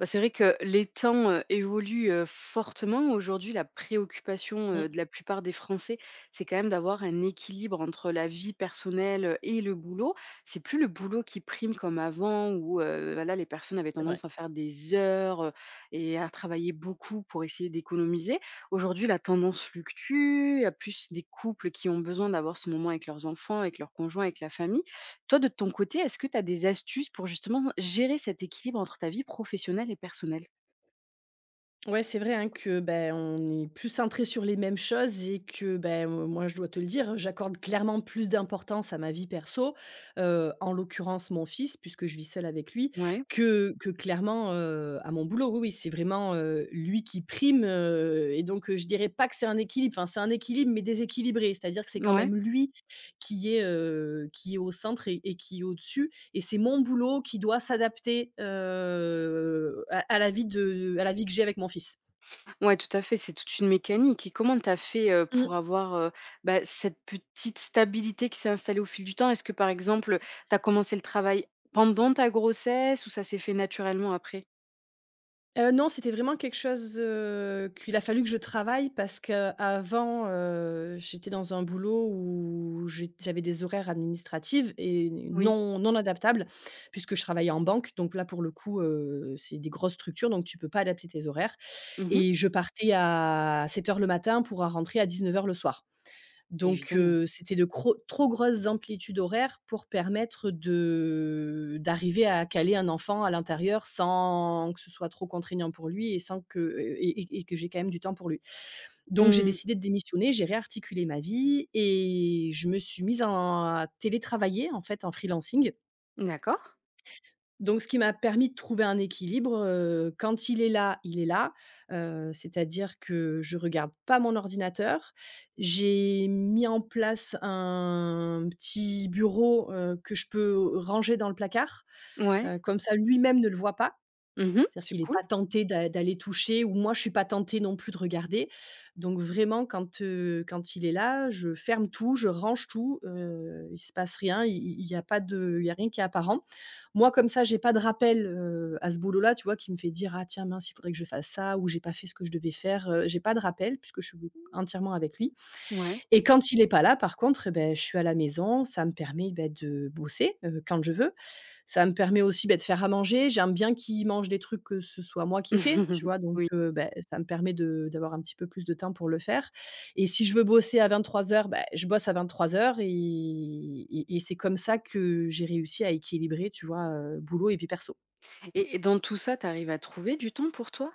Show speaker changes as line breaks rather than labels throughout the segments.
Bah, c'est vrai que les temps, évoluent, fortement. Aujourd'hui, la préoccupation,
Mmh,
de la plupart des Français, c'est quand même d'avoir un équilibre entre la vie personnelle, et le boulot. C'est plus le boulot qui prime comme avant où, voilà, les personnes avaient
c'est vrai.
tendance à faire des heures, et à travailler beaucoup pour essayer d'économiser. Aujourd'hui, la tendance fluctue, il y a plus des couples qui ont besoin d'avoir ce moment avec leurs enfants, avec leurs conjoints, avec la famille. Toi, de ton côté, est-ce que tu as des astuces pour justement gérer cet équilibre entre ta vie professionnelle et personnelle?
Ouais, c'est vrai, hein, que, ben, on est plus centré sur les mêmes choses et que, ben, moi, je dois te le dire, j'accorde clairement plus d'importance à ma vie perso, en l'occurrence mon fils, puisque je vis seule avec lui,
Ouais,
que clairement, à mon boulot. Oui, oui, c'est vraiment, lui qui prime, et donc, je dirais pas que c'est un équilibre, enfin, c'est un équilibre, mais déséquilibré. C'est-à-dire que c'est quand
ouais,
même lui qui est au centre et qui est au-dessus et c'est mon boulot qui doit s'adapter à la vie à la vie que j'ai avec mon fils.
ouais, tout à fait, c'est toute une mécanique. Et comment tu as fait,
Mmh.
pour avoir, bah, cette petite stabilité qui s'est installée au fil du temps? Est-ce que, par exemple, tu as commencé le travail pendant ta grossesse ou ça s'est fait naturellement après?
Non, c'était vraiment quelque chose, qu'il a fallu que je travaille parce qu'avant, j'étais dans un boulot où j'avais des horaires administratifs et
Oui.
non adaptables puisque je travaillais en banque. Donc là, pour le coup, c'est des grosses structures, donc tu peux pas adapter tes horaires
Mmh.
et je partais à 7 heures le matin pour, rentrer à 19 heures le soir. Donc
Évidemment.
c'était de cro trop grosses amplitudes horaires pour permettre de d'arriver à caler un enfant à l'intérieur sans que ce soit trop contraignant pour lui et sans que, et que j'ai quand même du temps pour lui. Donc j'ai
Mmh.
décidé de démissionner, j'ai réarticulé ma vie et je me suis mise en à télétravailler en fait, en freelancing.
D'accord.
Donc ce qui m'a permis de trouver un équilibre, quand il est là, c'est-à-dire que je regarde pas mon ordinateur. J'ai mis en place un petit bureau, que je peux ranger dans le placard,
Ouais.
comme ça lui-même ne le voit pas.
Mmh.
C'est-à-dire
C'est
qu'il est
cool.
pas tenté d'aller toucher ou moi je suis pas tentée non plus de regarder. Donc vraiment quand il est là, je ferme tout, je range tout, il se passe rien, il y a pas de il y a rien qui est apparent. Moi comme ça, j'ai pas de rappel, à ce boulot-là, tu vois, qui me fait dire: «Ah tiens mince, il faudrait que je fasse ça» ou «J'ai pas fait ce que je devais faire», j'ai pas de rappel puisque je suis entièrement avec lui.
Ouais.
Et quand il est pas là, par contre, eh beh, je suis à la maison, ça me permet, beh, de bosser, quand je veux. Ça me permet aussi, beh, de faire à manger. J'aime bien qu'il mange des trucs que ce soit moi qui ai fait, tu vois? Donc,
Oui.
beh, ça me permet de d'avoir un petit peu plus de temps pour le faire. Et si je veux bosser à 23h, bah, je bosse à 23h et c'est comme ça que j'ai réussi à équilibrer, tu vois, boulot et vie perso.
Et dans tout ça, tu arrives à trouver du temps pour toi?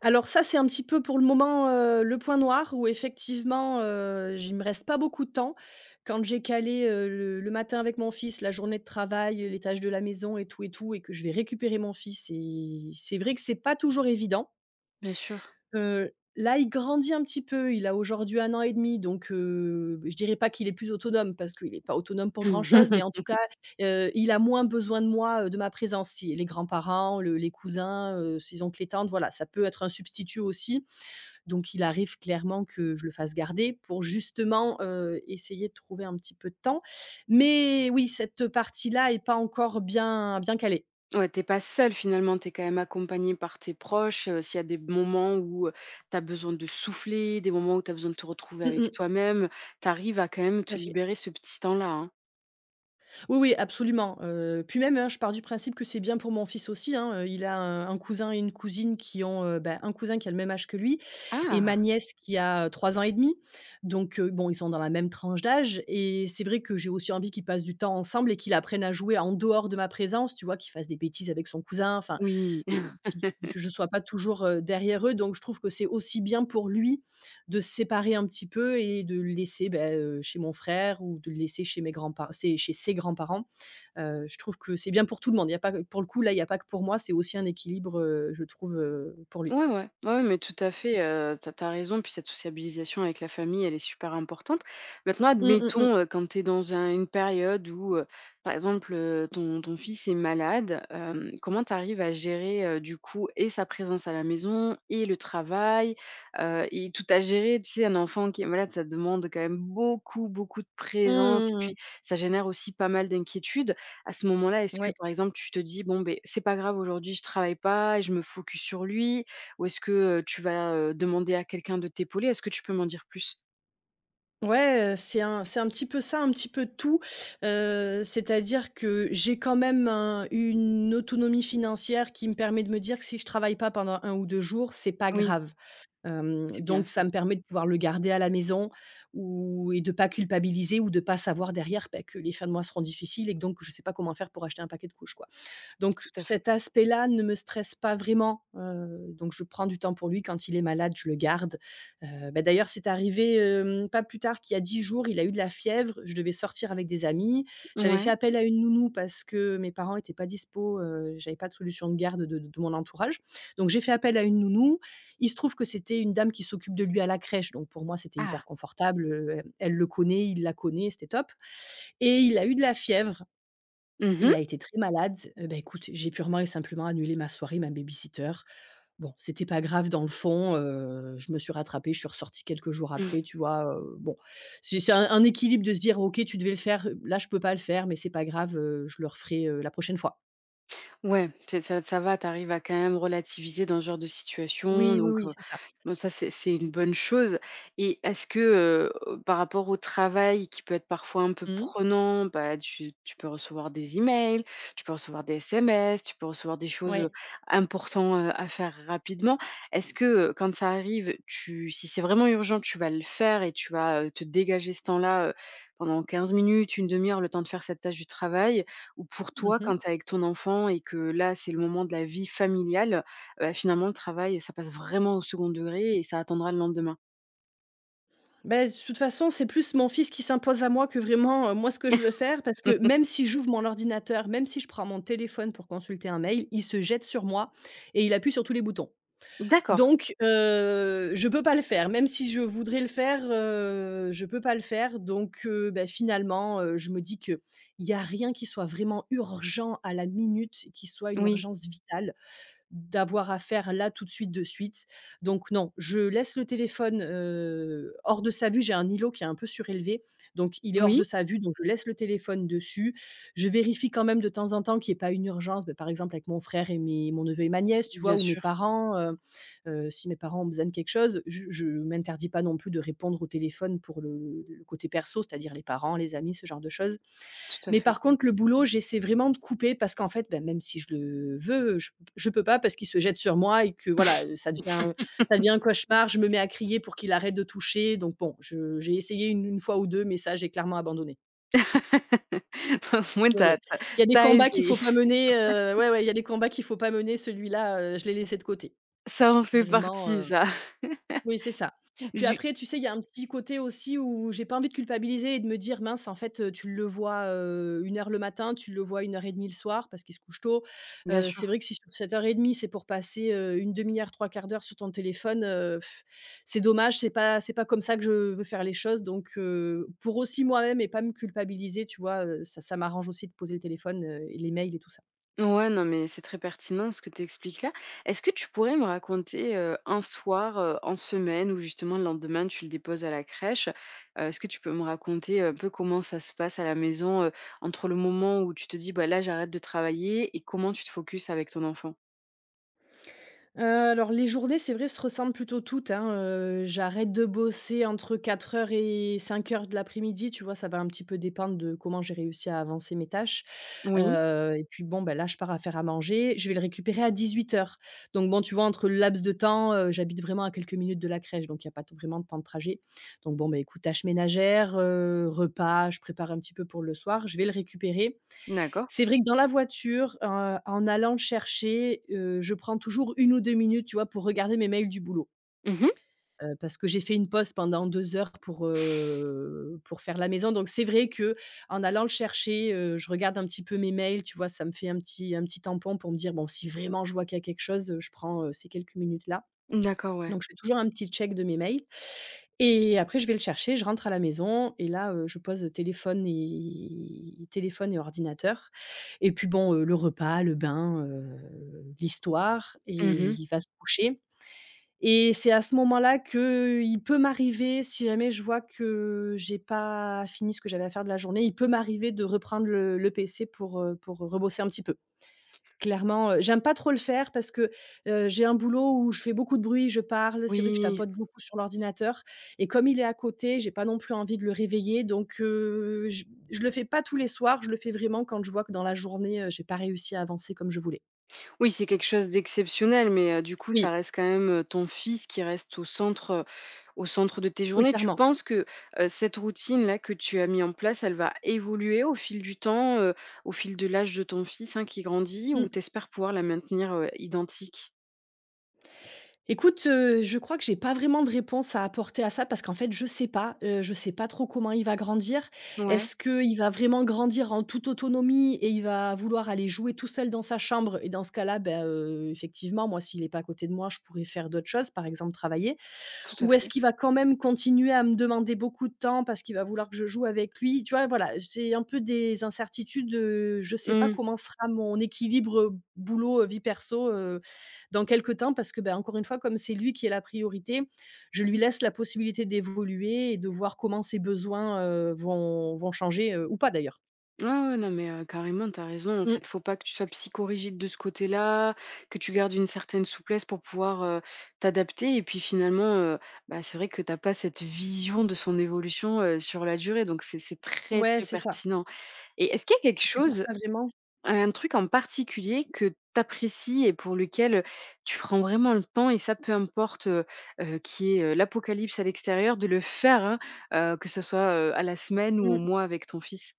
Alors ça, c'est un petit peu pour le moment, le point noir où effectivement, j il me reste pas beaucoup de temps. Quand j'ai calé, le matin avec mon fils, la journée de travail, les tâches de la maison et tout et tout et que je vais récupérer mon fils et c'est vrai que c'est pas toujours évident.
Bien sûr.
Heu, Là, il grandit un petit peu, il a aujourd'hui 1 an et demi, donc je dirais pas qu'il est plus autonome parce qu'il est pas autonome pour grand chose, mais en tout cas, il a moins besoin de moi, de ma présence. Si les grands-parents, le les cousins, ses oncles et tantes, voilà, ça peut être un substitut aussi. Donc il arrive clairement que je le fasse garder pour justement, essayer de trouver un petit peu de temps. Mais oui, cette partie-là est pas encore bien bien calée.
Ouais, tu pas seul finalement, t'es quand même accompagné par tes proches. S'il y a des moments où, tu as besoin de souffler, des moments où tu as besoin de te retrouver
Mmh mh,
avec toi-même, tu arrives à quand même
tout à
te
fait.
libérer ce petit temps-là, hein?
Oui, oui, absolument. Puis même, hein, je pars du principe que c'est bien pour mon fils aussi, hein, il a un cousin et une cousine qui ont, bah, un cousin qui a le même âge que lui et
Ah!
ma nièce qui a, 3 ans et demi. Donc, bon, ils sont dans la même tranche d'âge et c'est vrai que j'ai aussi envie qu'ils passent du temps ensemble et qu'ils apprennent à jouer en dehors de ma présence, tu vois? Qu'ils fassent des bêtises avec son cousin, enfin,
Oui.
que que je ne sois pas toujours, derrière eux. Donc je trouve que c'est aussi bien pour lui de se séparer un petit peu et de le laisser, bah, chez mon frère ou de le laisser chez ses grands-parents. Je trouve que c'est bien pour tout le monde. Il y a pas que pour le coup, là, il y a pas que pour moi, c'est aussi un équilibre, je trouve, pour lui.
Ouais, ouais. Ouais, ouais, mais tout à fait, tu as raison, puis cette sociabilisation avec la famille, elle est super importante. Maintenant,
Mmh, mmh mh.
admettons, quand t'es dans un une période où, par exemple, ton fils est malade, comment t'arrives à gérer, du coup et sa présence à la maison et le travail, et tout à gérer? Tu sais, un enfant qui est malade, ça demande quand même beaucoup, beaucoup de
Mmh,
présence et
mmh mh.
puis ça génère aussi pas mal d'inquiétudes. À ce moment-là, est-ce que,
Ouais.
par exemple, tu te dis: «Bon, ben c'est pas grave aujourd'hui, je travaille pas et je me focus sur lui» ou est-ce que, tu vas, demander à quelqu'un de t'épauler? Est-ce que tu peux m'en dire plus?
Ouais, c'est un petit peu ça, un petit peu tout, c'est-à-dire que j'ai quand même un une autonomie financière qui me permet de me dire que si je travaille pas pendant 1 ou 2 jours, c'est pas
Oui,
grave. Hem,
c'est bien
donc ça
ça,
me permet de pouvoir le garder à la maison ou et de pas culpabiliser ou de pas savoir derrière, bah, que les fins de mois seront difficiles et que donc je sais pas comment faire pour acheter un paquet de couches, quoi. Donc
tout à fait.
cet aspect-là ne me stresse pas vraiment, donc je prends du temps pour lui. Quand il est malade, je le garde. Bah, d'ailleurs, c'est arrivé, hem, pas plus tard qu'il y a 10 jours, il a eu de la fièvre, je devais sortir avec des amis. J'avais
Ouais.
fait appel à une nounou parce que mes parents n'étaient pas dispo, j'avais pas de solution de garde de mon entourage. Donc j'ai fait appel à une nounou. Il se trouve que c'était une dame qui s'occupe de lui à la crèche, donc pour moi, c'était hyper
Ah!
confortable, elle le connaît, il la connaît, c'était top et il a eu de la fièvre. Il
Mmh.
a été très malade, bah, écoute, j'ai purement et simplement annulé ma soirée, ma baby-sitter. Bon, c'était pas grave dans le fond, je me suis rattrapée, je suis ressortie quelques jours après, tu vois? Bon, c'est un équilibre de se dire: «OK, tu devais le faire, là, je peux pas le faire, mais c'est pas grave, je le referai, la prochaine fois».
Ouais, tu ça va, tu arrives à quand même relativiser dans ce genre de situation,
Oui, oui,
donc
oui, c'est ça.
bon ça c'est une bonne chose et est-ce que, par rapport au travail qui peut être parfois un peu
Mmh,
prenant, bah, tu peux recevoir des emails, tu peux recevoir des SMS, tu peux recevoir des choses,
ouais.
important, à faire rapidement. Est-ce que, quand ça arrive, tu si c'est vraiment urgent, tu vas le faire et tu vas, te dégager ce temps-là, pendant 15 minutes, une demi heure, le temps de faire cette tâche du travail? Ou pour
Mmh
toi,
mh.
quand tu es avec ton enfant et que là, c'est le moment de la vie familiale, bah, finalement, le travail, ça passe vraiment au second degré et ça attendra le lendemain?
De toute façon, c'est plus mon fils qui s'impose à moi que vraiment, moi, ce que je veux faire, parce que même si j'ouvre mon ordinateur, même si je prends mon téléphone pour consulter un mail, il se jette sur moi et il appuie sur tous les boutons.
D'accord.
Donc je peux pas le faire. Même si je voudrais le faire, je peux pas le faire. Donc bah, finalement, je me dis que il y a rien qui soit vraiment urgent à la minute, qui soit une
Oui,
urgence vitale d'avoir à faire là tout de suite, de suite. Donc non, je laisse le téléphone, hors de sa vue. J'ai un îlot qui est un peu surélevé, donc il est hors
oui,
de sa vue, donc je laisse le téléphone dessus. Je vérifie quand même de temps en temps qu'il y ait pas une urgence, bah, par exemple avec mon frère et mes mon neveu et ma nièce, tu vois?
bien
Ou mes
sûr,
parents, si mes parents ont besoin de quelque chose, je m'interdis pas non plus de répondre au téléphone pour le côté perso, c'est-à-dire les parents, les amis, ce genre de choses.
tout à
Mais
fait.
par contre, le boulot, j'essaie vraiment de couper parce qu'en fait, bah, même si je le veux, je peux pas parce qu'il se jette sur moi et que voilà, ça devient ça devient un cauchemar. Je me mets à crier pour qu'il arrête de toucher, donc bon, je j'ai essayé une fois ou 2, mais ça, j'ai clairement abandonné.
Au moins
Ouais, ouais. Il y a des
tu
combats qu'il
essayé.
faut pas mener, ouais, ouais, il y a des combats qu'il faut pas mener, celui-là, je l'ai laissé de côté.
Ça en fait
Vraiment,
partie
heu
ça.
Oui, c'est ça. Puis
Du
après, tu sais, il y a un petit côté aussi où j'ai pas envie de culpabiliser et de me dire: «Mince, en fait, tu le vois, 1 heure le matin, tu le vois 1 heure et demie le soir», parce qu'il se couche tôt.
Bien
C'est vrai
sûr.
que si sur cette 1 heure et demie, c'est pour passer, une demi heure, trois quarts d'heure sur ton téléphone, c'est dommage, c'est pas comme ça que je veux faire les choses. Donc, pour aussi moi-même et pas me culpabiliser, tu vois, ça ça m'arrange aussi de poser le téléphone, et les mails et tout ça.
Ouais, non, mais c'est très pertinent ce que tu expliques là. Est-ce que tu pourrais me raconter un soir en semaine ou justement le lendemain tu le déposes à la crèche? Est-ce que tu peux me raconter un peu comment ça se passe à la maison entre le moment où tu te dis bah là j'arrête de travailler et comment tu te focuses avec ton enfant?
Alors les journées, c'est vrai, se ressemblent plutôt toutes, hein, j'arrête de bosser entre 4 heures et 5 heures de l'après-midi, tu vois? Ça va un petit peu dépendre de comment j'ai réussi à avancer mes tâches,
Oui,
et puis bon, bah, là, je pars à faire à manger, je vais le récupérer à 18 h. Donc bon, tu vois, entre le laps de temps, j'habite vraiment à quelques minutes de la crèche, donc il y a pas t vraiment de temps de trajet. Donc bon, bah, écoute, tâches ménagères, repas, je prépare un petit peu pour le soir, je vais le récupérer.
d'accord.
C'est vrai que dans la voiture, en allant le chercher, je prends toujours 1 ou 2 minutes, tu vois, pour regarder mes mails du boulot.
Mhm.
Parce que j'ai fait une pause pendant 2 heures pour faire la maison. Donc c'est vrai que en allant le chercher, je regarde un petit peu mes mails, tu vois? Ça me fait un petit tampon pour me dire: «Bon, si vraiment je vois qu'il y a quelque chose, je prends, ces quelques minutes-là».
D'accord, ouais.
Donc je fais toujours un petit check de mes mails. Et après je vais le chercher, je rentre à la maison et là, je pose téléphone et ordinateur, et puis bon, le repas, le bain, l'histoire, et
Mhm.
il va se coucher. Et c'est à ce moment-là qu'il peut m'arriver, si jamais je vois que j'ai pas fini ce que j'avais à faire de la journée, il peut m'arriver de reprendre le PC pour rebosser un petit peu. Clairement, j'aime pas trop le faire parce que, j'ai un boulot où je fais beaucoup de bruit, je parle, c'est vrai que je
Oui.
tapote beaucoup sur l'ordinateur, et comme il est à côté, j'ai pas non plus envie de le réveiller, donc je le fais pas tous les soirs, je le fais vraiment quand je vois que dans la journée, j'ai pas réussi à avancer comme je voulais.
Oui, c'est quelque chose d'exceptionnel, mais du coup,
Oui,
ça reste quand même, ton fils qui reste au centre de tes
oui,
journées. Tu
clairement.
penses que, cette routine-là que tu as mis en place, elle va évoluer au fil du temps, au fil de l'âge de ton fils, hein, qui grandit ou
Mmh.
t'espères pouvoir la maintenir, identique?
Écoute, je crois que j'ai pas vraiment de réponse à apporter à ça parce qu'en fait, je sais pas trop comment il va grandir.
Ouais,
Est-ce que il va vraiment grandir en toute autonomie et il va vouloir aller jouer tout seul dans sa chambre? Et dans ce cas-là, ben, effectivement, moi, s'il est pas à côté de moi, je pourrais faire d'autres choses, par exemple travailler.
tout à
Ou est-ce
fait.
qu'il va quand même continuer à me demander beaucoup de temps parce qu'il va vouloir que je joue avec lui? Tu vois? Voilà, j'ai un peu des incertitudes, je sais pas
Mmh.
comment sera mon équilibre, boulot, vie perso, dans quelque temps parce que, ben, encore une fois, comme c'est lui qui est la priorité, je lui laisse la possibilité d'évoluer et de voir comment ses besoins, vont changer, ou pas d'ailleurs.
Ouais, ouais, non, mais carrément, t'as raison. En
Mmh.
fait, faut pas que tu sois psychorigide de ce côté-là, que tu gardes une certaine souplesse pour pouvoir, t'adapter et puis finalement, bah, c'est vrai que t'as pas cette vision de son évolution, sur la durée donc c'est très,
Ouais,
très
c'est ça.
pertinent et est-ce qu'il y a quelque
C'est pour
chose,
ça vraiment.
un truc en particulier que t'apprécies et pour lequel, tu prends vraiment le temps et ça, peu importe, qu'il y ait, l'apocalypse à l'extérieur, de le faire, hein, que ce soit, à la semaine ou au
Mmh.
mois avec ton fils?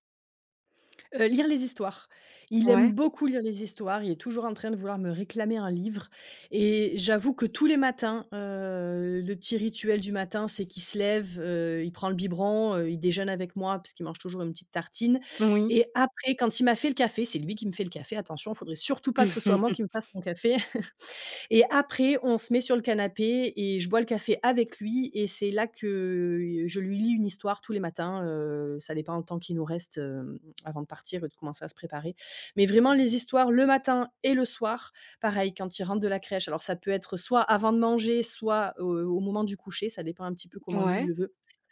Lire les histoires. Il aime
Ouais,
beaucoup lire les histoires, il est toujours en train de vouloir me réclamer un livre, et j'avoue que tous les matins, le petit rituel du matin, c'est qu'il se lève, il prend le biberon, il déjeune avec moi parce qu'il mange toujours une petite tartine,
oui.
et après quand il m'a fait le café, c'est lui qui me fait le café, attention, faudrait surtout pas que ce soit moi qui me fasse mon café, et après, on se met sur le canapé et je bois le café avec lui et c'est là que je lui lis une histoire tous les matins, ça dépend le temps qu'il nous reste, hem, avant de partir et de commencer à se préparer. Mais vraiment les histoires le matin et le soir, pareil quand il rentre de la crèche. Alors ça peut être soit avant de manger, soit, au moment du coucher, ça dépend un petit peu comment lui il
Ouais,
le veut.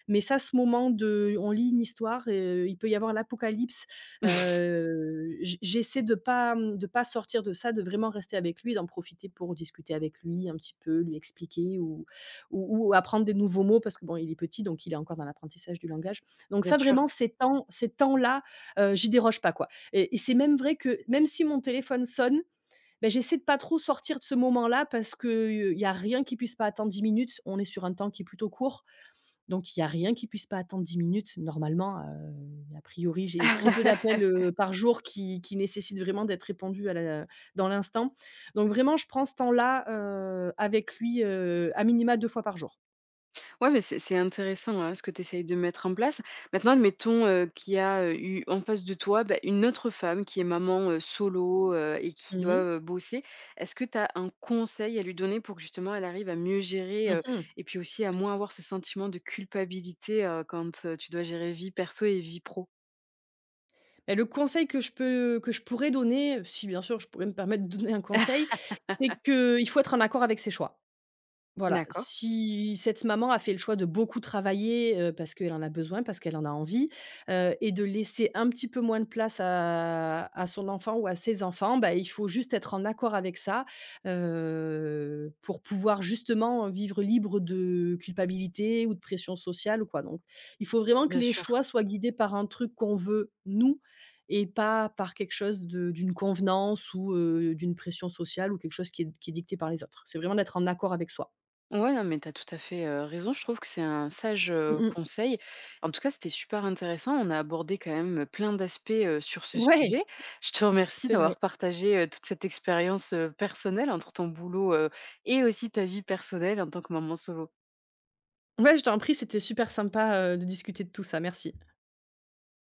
Mais ça, ce moment de on lit une histoire, il peut y avoir l'apocalypse. J'essaie de pas, mmh, de pas sortir de ça, de vraiment rester avec lui, d'en profiter pour discuter avec lui un petit peu, lui expliquer ou ou apprendre des nouveaux mots parce que bon, il est petit, donc il est encore dans l'apprentissage du langage. Donc
bien
ça
sûr.
vraiment ces temps-là, j'y déroge pas quoi, et c'est même vrai que même si mon téléphone sonne, ben j'essaie de pas trop sortir de ce moment-là parce que, il y a rien qui puisse pas attendre 10 minutes. On est sur un temps qui est plutôt court. Donc il y a rien qui puisse pas attendre 10 minutes normalement, a priori, j'ai très peu d'appels, par jour qui nécessitent vraiment d'être répondus à la dans l'instant. Donc vraiment, je prends ce temps-là, avec lui, à minima 2 fois par jour.
Ouais, mais c'est intéressant, hein, ce que tu essayes de mettre en place. Maintenant, admettons, qu'il y a, eu en face de toi, bah, une autre femme qui est maman, solo, et qui
Mmh
doit,
mh.
bosser. Est-ce que tu as un conseil à lui donner pour que justement elle arrive à mieux gérer,
Mmh.
et puis aussi à moins avoir ce sentiment de culpabilité, quand, tu dois gérer vie perso et vie pro?
Bah, le conseil que je pourrais donner, si bien sûr je pourrais me permettre de donner un conseil, c'est qu'il faut être en accord avec ses choix. Voilà,
D'accord,
si cette maman a fait le choix de beaucoup travailler, parce qu'elle en a besoin, parce qu'elle en a envie, et de laisser un petit peu moins de place à son enfant ou à ses enfants, bah, il faut juste être en accord avec ça, pour pouvoir justement vivre libre de culpabilité ou de pression sociale ou quoi. Donc il faut vraiment que
bien
les
sûr.
choix soient guidés par un truc qu'on veut nous et pas par quelque chose de d'une convenance ou, d'une pression sociale ou quelque chose qui est dicté par les autres. C'est vraiment d'être en accord avec soi.
Ouais, non, mais tu as tout à fait, raison. Je trouve que c'est un sage,
Mmh mh.
conseil. En tout cas, c'était super intéressant. On a abordé quand même, plein d'aspects, sur ce
Ouais,
sujet. Je te remercie
c'est vrai.
d'avoir partagé, toute cette expérience, personnelle entre ton boulot, et aussi ta vie personnelle en tant que maman solo.
Ouais, je t'en prie, c'était super sympa, de discuter de tout ça, merci.